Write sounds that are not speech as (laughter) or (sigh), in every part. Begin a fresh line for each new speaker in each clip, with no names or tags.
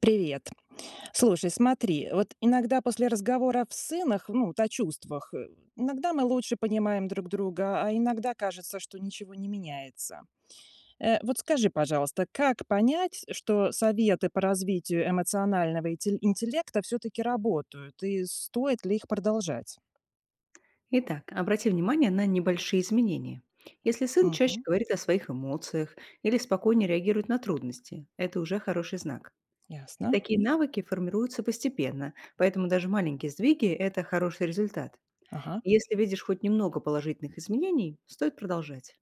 Привет. Слушай, смотри, вот иногда после разговоров с сынах, ну, вот о чувствах, иногда мы лучше понимаем друг друга, а иногда кажется, что ничего не меняется. Вот скажи, пожалуйста, как понять, что советы по развитию эмоционального интеллекта все-таки работают, и стоит ли их продолжать?
Итак, обрати внимание на небольшие изменения. Если сын чаще
Угу,
говорит о своих эмоциях или спокойнее реагирует на трудности, это уже хороший знак. И
ясно.
такие навыки формируются постепенно, поэтому даже маленькие сдвиги– это хороший результат.
Ага.
Если видишь хоть немного положительных изменений, стоит продолжать.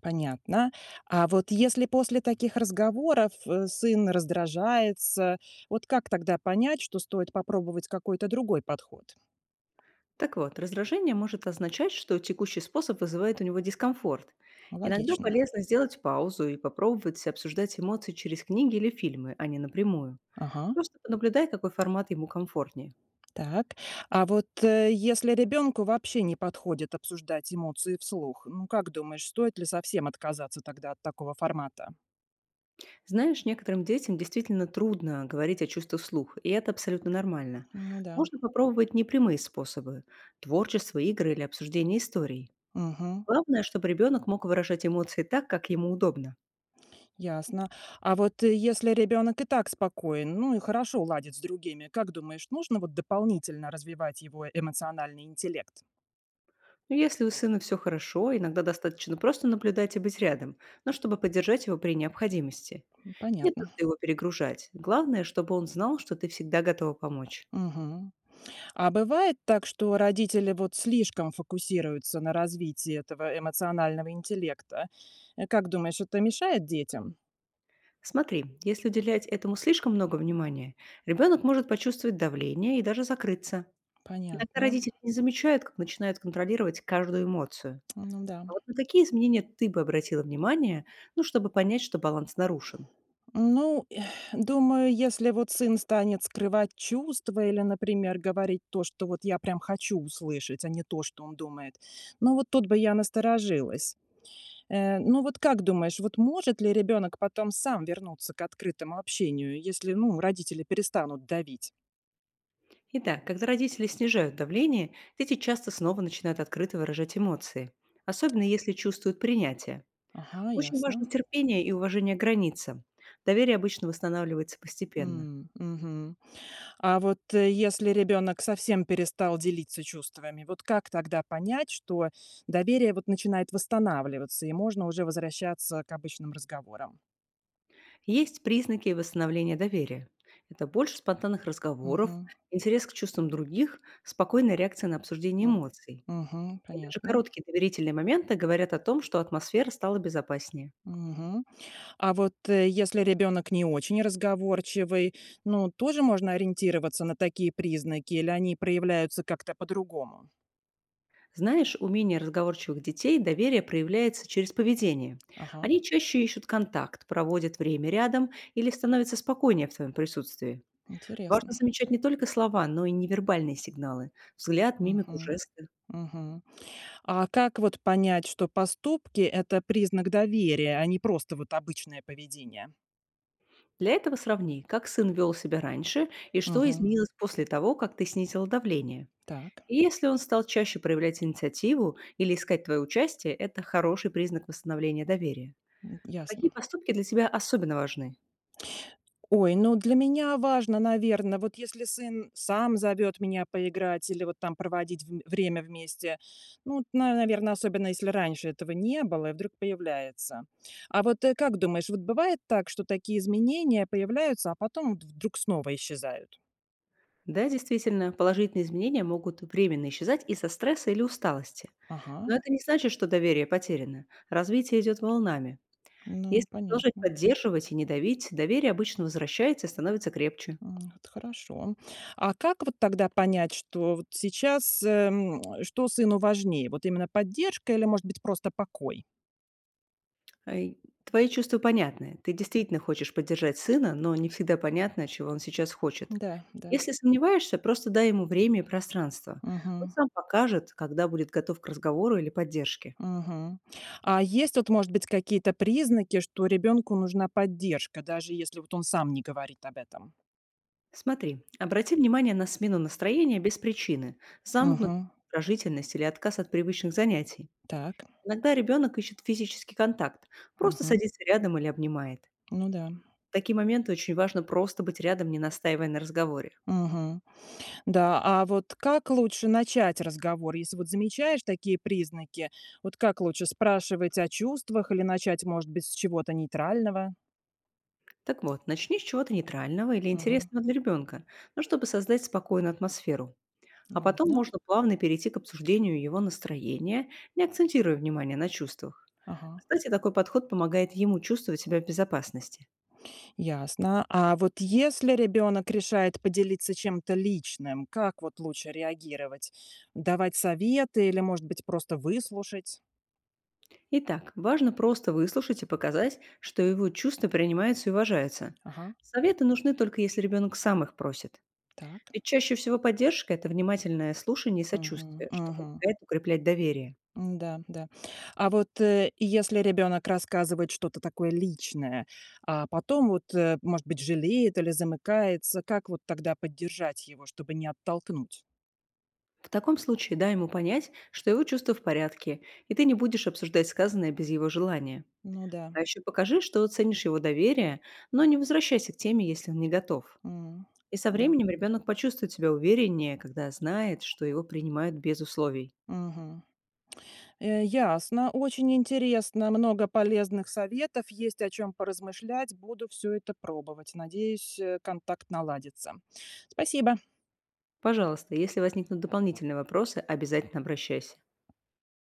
Понятно. А вот если после таких разговоров, сын раздражается, вот как тогда понять, что стоит попробовать какой-то другой подход?
Так вот, раздражение может означать, что текущий способ вызывает у него дискомфорт. Иногда
Логично.
полезно сделать паузу и попробовать обсуждать эмоции через книги или фильмы, а не напрямую.
Ага,
Просто наблюдай, какой формат ему комфортнее.
так. А вот если ребенку вообще не подходит обсуждать эмоции вслух, ну как думаешь, стоит ли совсем отказаться тогда от такого формата?
Знаешь, некоторым детям действительно трудно говорить о чувствах вслух, и это абсолютно нормально.
Ну да.
Можно попробовать непрямые способы– творчество, игры или обсуждение историй.
Мгм.
Главное, чтобы ребенок мог выражать эмоции так, как ему удобно.
Ясно. А вот если ребенок и так спокоен, ну и хорошо ладит с другими, как думаешь, нужно вот дополнительно развивать его эмоциональный интеллект?
Но если у сына все хорошо, иногда достаточно просто наблюдать и быть рядом, но чтобы поддержать его при необходимости.
М,
Не
понятно.
нужно его перегружать. Главное, чтобы он знал, что ты всегда готова помочь.
Мгм. А бывает так, что родители вот слишком фокусируются на развитии этого эмоционального интеллекта? Как думаешь, это мешает детям?
Смотри, если уделять этому слишком много внимания, ребенок может почувствовать давление и даже закрыться. Иногда
Понятно.
родители не замечают, как начинают контролировать каждую эмоцию.
Ну да.
А вот на какие изменения ты бы обратила внимание, ну, чтобы понять, что баланс нарушен?
Ну, (sighs) думаю, если вот сын станет скрывать чувства или, например, говорить то, что вот я прям хочу услышать, а не то, что он думает, ну вот тут бы я насторожилась. Ну вот как думаешь, вот может ли ребенок потом сам вернуться к открытому общению, если, ну, родители перестанут давить?
Итак, когда родители снижают давление, дети часто снова начинают открыто выражать эмоции, особенно если чувствуют принятие.
Ага,
Очень
ясно.
важно терпение и уважение к границам. Доверие обычно восстанавливается постепенно.
М, мгм. А вот если ребенок совсем перестал делиться чувствами, вот как тогда понять, что доверие вот начинает восстанавливаться и можно уже возвращаться к обычным разговорам?
Есть признаки восстановления доверия. Это больше спонтанных разговоров,
Мгм.
интерес к чувствам других, спокойная реакция на обсуждение
М.
эмоций.
Мгм.
И даже
Понятно.
короткие доверительные моменты говорят о том, что атмосфера стала безопаснее.
Мгм. А вот если ребенок не очень разговорчивый, ну тоже можно ориентироваться на такие признаки или они проявляются как-то по-другому?
Знаешь, у менее разговорчивых детей доверие проявляется через поведение.
Ага,
Они чаще ищут контакт, проводят время рядом или становятся спокойнее в твоем присутствии. Важно
интересно.
замечать не только слова, но и невербальные сигналы– взгляд, мимику,
Угу,
жесты.
мгм. А как вот понять, что поступки- это признак доверия, а не просто вот обычное поведение?
Для этого сравни, как сын вел себя раньше и что
Мгм.
изменилось после того, как ты снизила давление.
Так,
И если он стал чаще проявлять инициативу или искать твое участие, это хороший признак восстановления доверия.
м,
А какие
ясно.
поступки для тебя особенно важны?
Ой, ну для меня важно, наверное, вот если сын сам зовет меня поиграть или вот там проводить время вместе, ну, наверное, особенно если раньше этого не было и вдруг появляется. А вот как думаешь, вот бывает так, что такие изменения появляются, а потом вот вдруг снова исчезают?
Да, действительно, положительные изменения могут временно исчезать из-за стресса или усталости.
Ага,
Но это не значит, что доверие потеряно. Развитие идет волнами.
ну,
Если продолжать
понятно.
поддерживать и не давить, доверие обычно возвращается и становится крепче.
М, это хорошо. А как вот тогда понять, что вот сейчас, что сыну важнее? Вот именно поддержка или, может быть, просто покой?
Ай, твои чувства понятны. Ты действительно хочешь поддержать сына, но не всегда понятно, чего он сейчас хочет.
Да, да.
Если сомневаешься, просто дай ему время и пространство.
Мгм.
Он сам покажет, когда будет готов к разговору или поддержке.
Мгм. А есть вот, может быть, какие-то признаки, что ребенку нужна поддержка, даже если вот он сам не говорит об этом?
Смотри, обрати внимание на смену настроения без причины,
Мгм.
замкнутость, раздражительность или отказ от привычных занятий.
Так.
Иногда ребенок ищет физический контакт, просто
Мгм.
садится рядом или обнимает.
Ну да.
В такие моменты очень важно просто быть рядом, не настаивая на разговоре.
Мгм. Да, а вот как лучше начать разговор, если вот замечаешь такие признаки? Вот как лучше спрашивать о чувствах или начать, может быть, с чего-то нейтрального?
Так вот, начни с чего-то нейтрального или
Мгм.
интересного для ребенка, но чтобы создать спокойную атмосферу. А потом
Ладно.
можно плавно перейти к обсуждению его настроения, не акцентируя внимание на чувствах.
Ага,
Кстати, такой подход помогает ему чувствовать себя в безопасности.
ясно. А вот если ребенок решает поделиться чем-то личным, как вот лучше реагировать? Давать советы или, может быть, просто выслушать?
Итак, важно просто выслушать и показать, что его чувства принимаются и уважаются.
Ага,
Советы нужны только если ребенок сам их просит.
так.
Ведь чаще всего поддержка– это внимательное слушание и
Угу,
сочувствие, что
мгм.
помогает укреплять доверие.
М-да, да. Да. А вот, и если ребенок рассказывает что-то такое личное, а потом вот, может быть, жалеет или замыкается, как вот тогда поддержать его, чтобы не оттолкнуть?
В таком случае дай ему понять, что его чувства в порядке, и ты не будешь обсуждать сказанное без его желания.
Ну да,
А еще покажи, что ценишь его доверие, но не возвращайся к теме, если он не готов.
м,
И со
да,
временем ребенок почувствует себя увереннее, когда знает, что его принимают без условий.
мгм. Ясно, очень интересно, много полезных советов, есть о чем поразмышлять, буду все это пробовать. Надеюсь, контакт наладится. Спасибо.
Пожалуйста, если возникнут дополнительные вопросы, обязательно обращайся.